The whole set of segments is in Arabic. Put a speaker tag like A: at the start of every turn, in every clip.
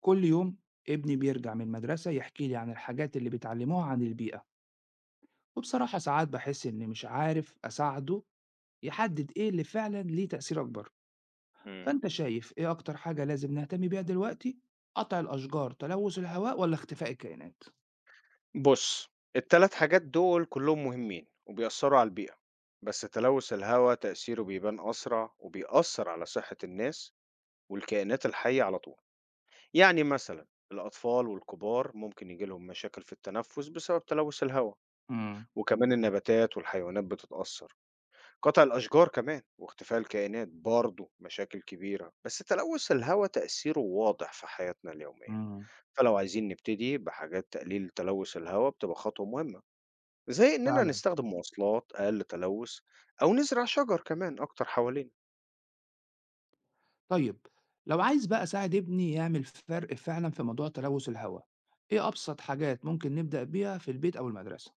A: كل يوم ابني بيرجع من المدرسة يحكي لي عن الحاجات اللي بيتعلموها عن البيئة. وبصراحة ساعات بحس إني مش عارف أساعده يحدد إيه اللي فعلا ليه تأثير أكبر.
B: إمم.
A: فأنت شايف إيه أكتر حاجة لازم نهتم بيها دلوقتي؟ قطع الأشجار تلوث الهواء ولا اختفاء الكائنات؟
B: بُص، ال3 حاجات دول كلّهم مهمين وبيأثّروا على البيئة، بس تلوث الهوا تأثيره بيبان أسرع وبيأثّر على صحة الناس والكائنات الحية على طول. يعني مثلًا الأطفال والكبار ممكن ييجي لهم مشاكل في التنفس بسبب تلوث الهوا،
A: امم.
B: وكمان النباتات والحيوانات بتتأثّر، قطع الأشجار كمان واختفاء الكائنات برضه مشاكل كبيرة، بس تلوث الهوا تأثيره واضح في حياتنا اليومية،
A: امم.
B: فلو عايزين نبتدي بحاجات تقليل تلوث الهوا بتبقى خطوة مهمة. زي إننا
A: فعلا.
B: نستخدم مواصلات أقل تلوث أو نزرع شجر كمان أكتر حوالينا.
A: طيب، لو عايز بقى أساعد ابني يعمل فرق فعلا في موضوع تلوث الهواء، إيه أبسط حاجات ممكن نبدأ بيها في البيت أو المدرسة؟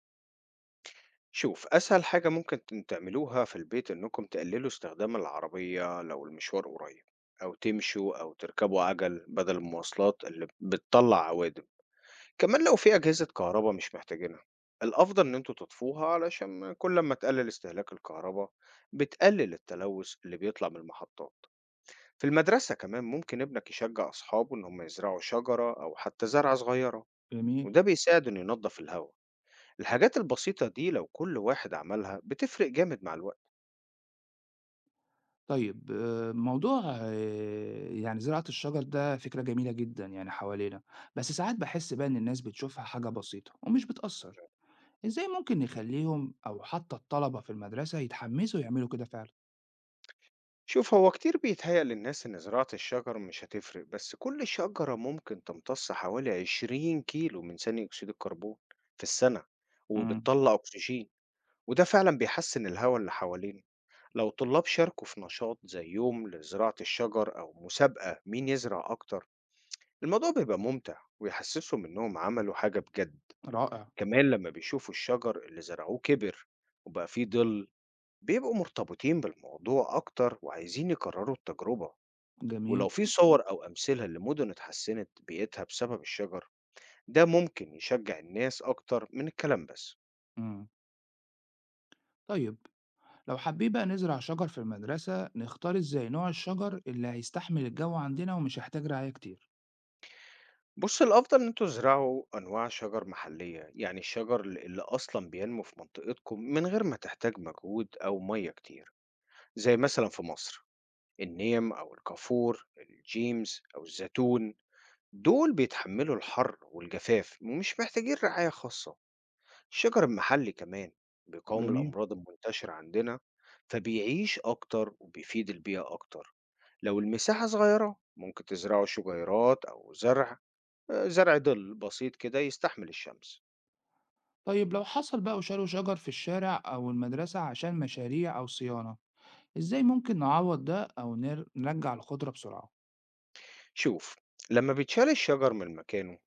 B: شوف أسهل حاجة ممكن تعملوها في البيت إنكم تقللوا استخدام العربية لو المشوار قريب، أو تمشوا أو تركبوا عجل بدل المواصلات اللي بتطلع عوادم. كمان لو في أجهزة كهرباء مش محتاجينها الأفضل إن انتوا تطفوها، علشان كل ما تقلل استهلاك الكهرباء بتقلل التلوث اللي بيطلع من المحطات. في المدرسة كمان ممكن ابنك يشجع أصحابه إن هم يزرعوا شجرة أو حتى زرعة صغيرة،
A: جميل.
B: وده بيساعد إنه ينظف الهواء. الحاجات البسيطة دي لو كل واحد عملها بتفرق جامد مع الوقت.
A: طيب، موضوع يعني زراعة الشجر ده فكرة جميلة جدًا يعني حوالينا، بس ساعات باحس بقى إن الناس بتشوفها حاجة بسيطة ومش بتأثّر، إزاي ممكن نخلّيهم أو حتى الطلبة في المدرسة يتحمّسوا يعملوا كده فعلًا؟
B: شوف هو كتير بيتهيأ للناس إن زراعة الشجر مش هتفرق، بس كل شجرة ممكن تمتص حوالي 20 كيلو من ثاني أكسيد الكربون في السنة
A: إمم.
B: وبتطلع أكسجين، وده فعلا بيحسن الهواء اللي حوالينا. لو طلاب شاركوا في نشاط زي يوم لزراعة الشجر أو مسابقة مين يزرع أكتر، الموضوع بيبقى ممتع ويحسسهم إنهم عملوا حاجة بجد.
A: رائع.
B: كمان لما بيشوفوا الشجر اللي زرعوه كبر وبقى فيه ظل، بيبقوا مرتبطين بالموضوع أكتر وعايزين يكرروا التجربة.
A: جميل.
B: ولو في صور أو أمثلة لمدن اتحسنت بيئتها بسبب الشجر، ده ممكن يشجع الناس أكتر من الكلام بس.
A: إمم. طيب، لو حابين بقى نزرع شجر في المدرسة، نختار إزاي نوع الشجر اللي هيستحمل الجو عندنا ومش هيحتاج رعاية كتير؟
B: بص الأفضل إن انتوا تزرعوا أنواع شجر محلية، يعني الشجر اللي أصلا بينمو في منطقتكم من غير ما تحتاج مجهود أو مية كتير. زي مثلا في مصر النيم أو الكافور الجيمز أو الزيتون، دول بيتحملوا الحر والجفاف ومش محتاجين رعاية خاصة. الشجر المحلي كمان بيقاوم
A: جميل.
B: الأمراض المنتشرة عندنا، فبيعيش أكتر وبيفيد البيئة أكتر. لو المساحة صغيرة ممكن تزرعوا شجيرات أو زرع، آه، زرع ظل بسيط كده يستحمل الشمس.
A: طيب، لو حصل بقى وشالوا شجر في الشارع أو المدرسة عشان مشاريع أو صيانة، إزاي ممكن نعوّض ده أو نرجّع القدرة بسرعة؟
B: شوف لما بيتشال الشجر من مكانه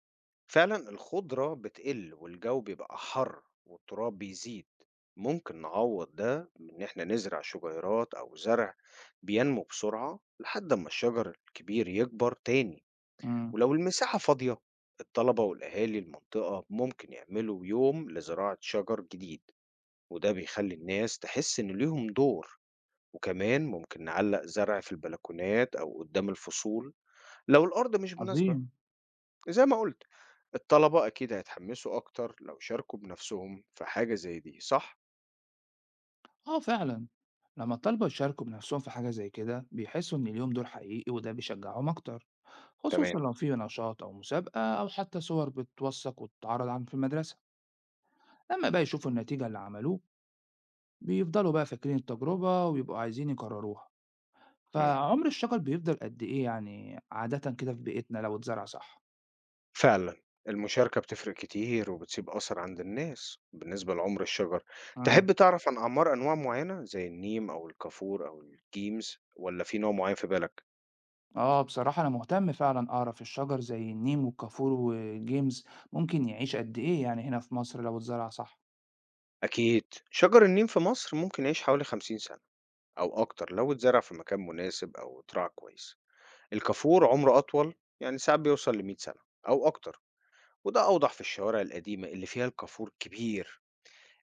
B: فعلا الخضرة بتقل والجو بيبقى حر والتراب بيزيد. ممكن نعوض ده بإن إحنا نزرع شجيرات أو زرع بينمو بسرعة لحد ما الشجر الكبير يكبر تاني.
A: إمم.
B: ولو المساحة فاضية، الطلبة والأهالي المنطقة ممكن يعملوا يوم لزراعة شجر جديد، وده بيخلي الناس تحس إن ليهم دور. وكمان ممكن نعلق زرع في البلكونات أو قدام الفصول لو الأرض مش مناسبة.
A: عظيم.
B: زي ما قلت الطلبة أكيد هيتحمسوا أكتر لو شاركوا بنفسهم في حاجة زي دي، صح؟
A: آه فعلًا، لمّا الطلبة يشاركوا بنفسهم في حاجة زي كده بيحسوا إن ليهم دور حقيقي وده بيشجعهم أكتر،
B: تمام.
A: خصوصًا لو في نشاط أو مسابقة أو حتى صور بتوثّق وتتعرض عن في المدرسة، لمّا بقى يشوفوا النتيجة اللي عملوه بيفضلوا بقى فاكرين التجربة وبيبقوا عايزين يكرروها،
B: مم.
A: فعمر الشجر بيفضل قد إيه يعني عادةً كده في بيئتنا لو اتزرع صح؟
B: فعلا المشاركة بتفرق كتير وبتسيب أثر عند الناس. بالنسبة لعمر الشجر،
A: إمم.
B: تحب تعرف عن أعمار أنواع معينة زي النيم أو الكافور أو الجيمز، ولا في نوع معين في بالك؟
A: آه، بصراحة أنا مهتم فعلا أعرف الشجر زي النيم والكافور والجيمز ممكن يعيش قد إيه يعني هنا في مصر لو اتزرع صح.
B: أكيد شجر النيم في مصر ممكن يعيش حوالي 50 سنة أو أكتر لو اتزرع في مكان مناسب أو اترعى كويس. الكافور عمره أطول، يعني ساعات بيوصل ل 100 سنة أو أكتر، وده أوضح في الشوارع القديمة اللي فيها الكافور كبير.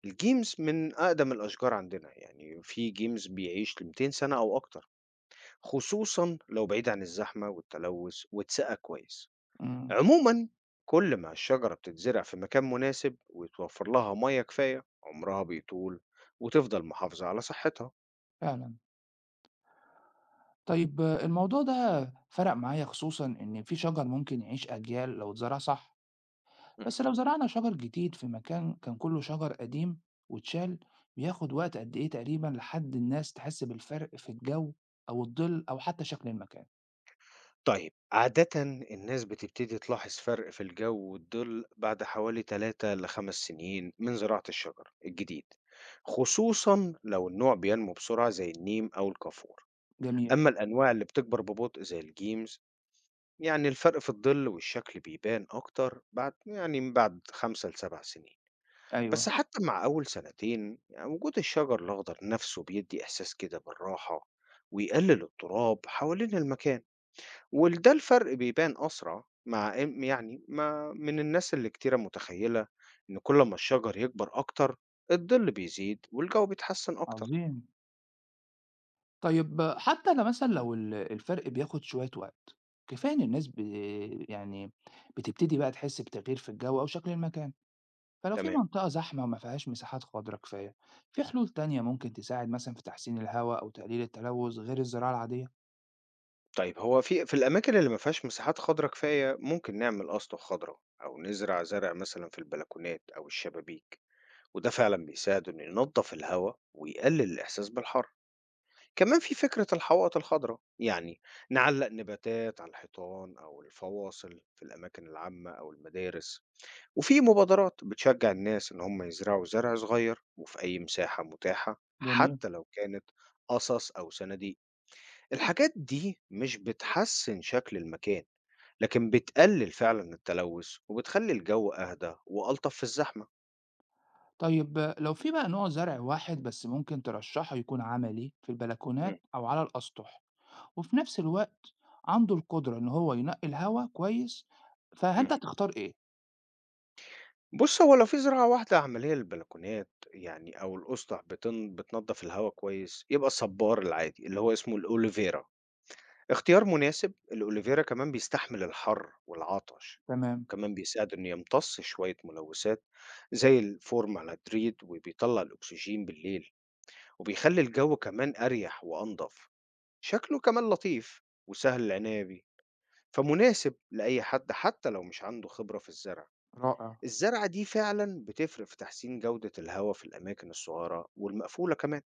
B: الجيمز من أقدم الأشجار عندنا، يعني في جيمز بيعيش ل 200 سنة أو أكتر، خصوصا لو بعيد عن الزحمة والتلوث واتسقى كويس.
A: امم.
B: عموما، كل ما الشجرة بتتزرع في مكان مناسب ويتوفر لها مية كفاية عمرها بيطول وتفضل محافظة على صحتها.
A: فعلا. طيب آه، الموضوع ده فرق معايا خصوصا إن في شجر ممكن يعيش أجيال لو اتزرع صح. بس لو زرعنا شجر جديد في مكان كان كله شجر قديم واتشال، بياخد وقت قد إيه تقريبا لحد الناس تحس بالفرق في الجو أو الظل أو حتى شكل المكان؟
B: طيب، عادةً الناس بتبتدي تلاحظ فرق في الجو والظل بعد حوالي 3-5 سنين من زراعة الشجر الجديد، خصوصًا لو النوع بينمو بسرعة زي النيم أو الكافور.
A: جميل.
B: أما الأنواع اللي بتكبر ببطء زي الجيمز، يعني الفرق في الظل والشكل بيبان أكتر بعد، يعني من بعد 5-7 سنين. بس
A: أيوه.
B: صح حتى مع أول سنتين يعني وجود الشجر الأخضر نفسه بيدي إحساس كده بالراحة ويقلل التراب حوالين المكان. ولده الفرق بيبان أسرع مع إم يعني ما من الناس اللي كتيرة متخيلة، إن كل ما الشجر يكبر أكتر الظل بيزيد والجو بيتحسن أكتر.
A: عظيم. طيب، حتى أنا مثلًا لو الفرق بياخد شوية وقت، كفاية إن الناس ب يعني بتبتدي بقى تحس بتغيير في الجو أو شكل المكان، فلو في
B: تمام.
A: منطقة زحمة وما فيهاش مساحات خضرا كفاية، في حلول تانية ممكن تساعد مثلًا في تحسين الهوا أو تقليل التلوث غير الزراعة العادية؟
B: طيب هو في الأماكن اللي ما فيهاش مساحات خضراء كفاية ممكن نعمل أسطح خضراء أو نزرع زرع مثلا في البلكونات أو الشبابيك، وده فعلا بيساعد إنه ينظف الهواء ويقلل الإحساس بالحر. كمان في فكرة الحوائط الخضراء، يعني نعلق نباتات على الحيطان أو الفواصل في الأماكن العامة أو المدارس. وفي مبادرات بتشجع الناس إن هم يزرعوا زرع صغير وفي أي مساحة متاحة،
A: جميل.
B: حتى لو كانت قصص أو صناديق. الحاجات دي مش بتحسن شكل المكان، لكن بتقلل فعلا التلوث وبتخلي الجو أهدى وألطف في الزحمة.
A: طيب، لو في بقى نوع زرع واحد بس ممكن ترشحه يكون عملي في البلكونات
B: مم.
A: أو على الأسطح، وفي نفس الوقت عنده القدرة إن هو ينقي الهوا كويس،
B: مم.
A: فأنت هتختار إيه؟
B: بص هو لو في زراعة واحدة عملية للبلكونات يعني أو الأسطح بتنضف الهواء كويس، يبقى الصبار العادي اللي هو اسمه الأوليفيرا اختيار مناسب. الأوليفيرا كمان بيستحمل الحر والعطش،
A: تمام.
B: وكمان بيساعد إنه يمتص شوية ملوثات زي الفورمالدريد وبيطلع الأكسجين بالليل، وبيخلي الجو كمان أريح وأنضف. شكله كمان لطيف وسهل العناية بيه، فمناسب لأي حد حتى لو مش عنده خبرة في الزرع.
A: رائع.
B: الزرعة دي فعلا بتفرق في تحسين جودة الهواء في الأماكن الصغيرة والمقفولة كمان.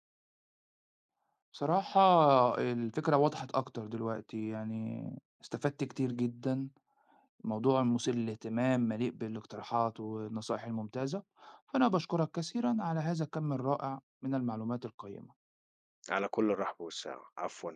A: بصراحة الفكرة وضحت أكتر دلوقتي، يعني استفدت كتير جدًا، موضوع مثير للاهتمام مليء بالاقتراحات والنصائح الممتازة، فأنا باشكرك كثيرًا على هذا الكم الرائع من المعلومات القيمة.
B: على كل الرحب والسعة، عفوا.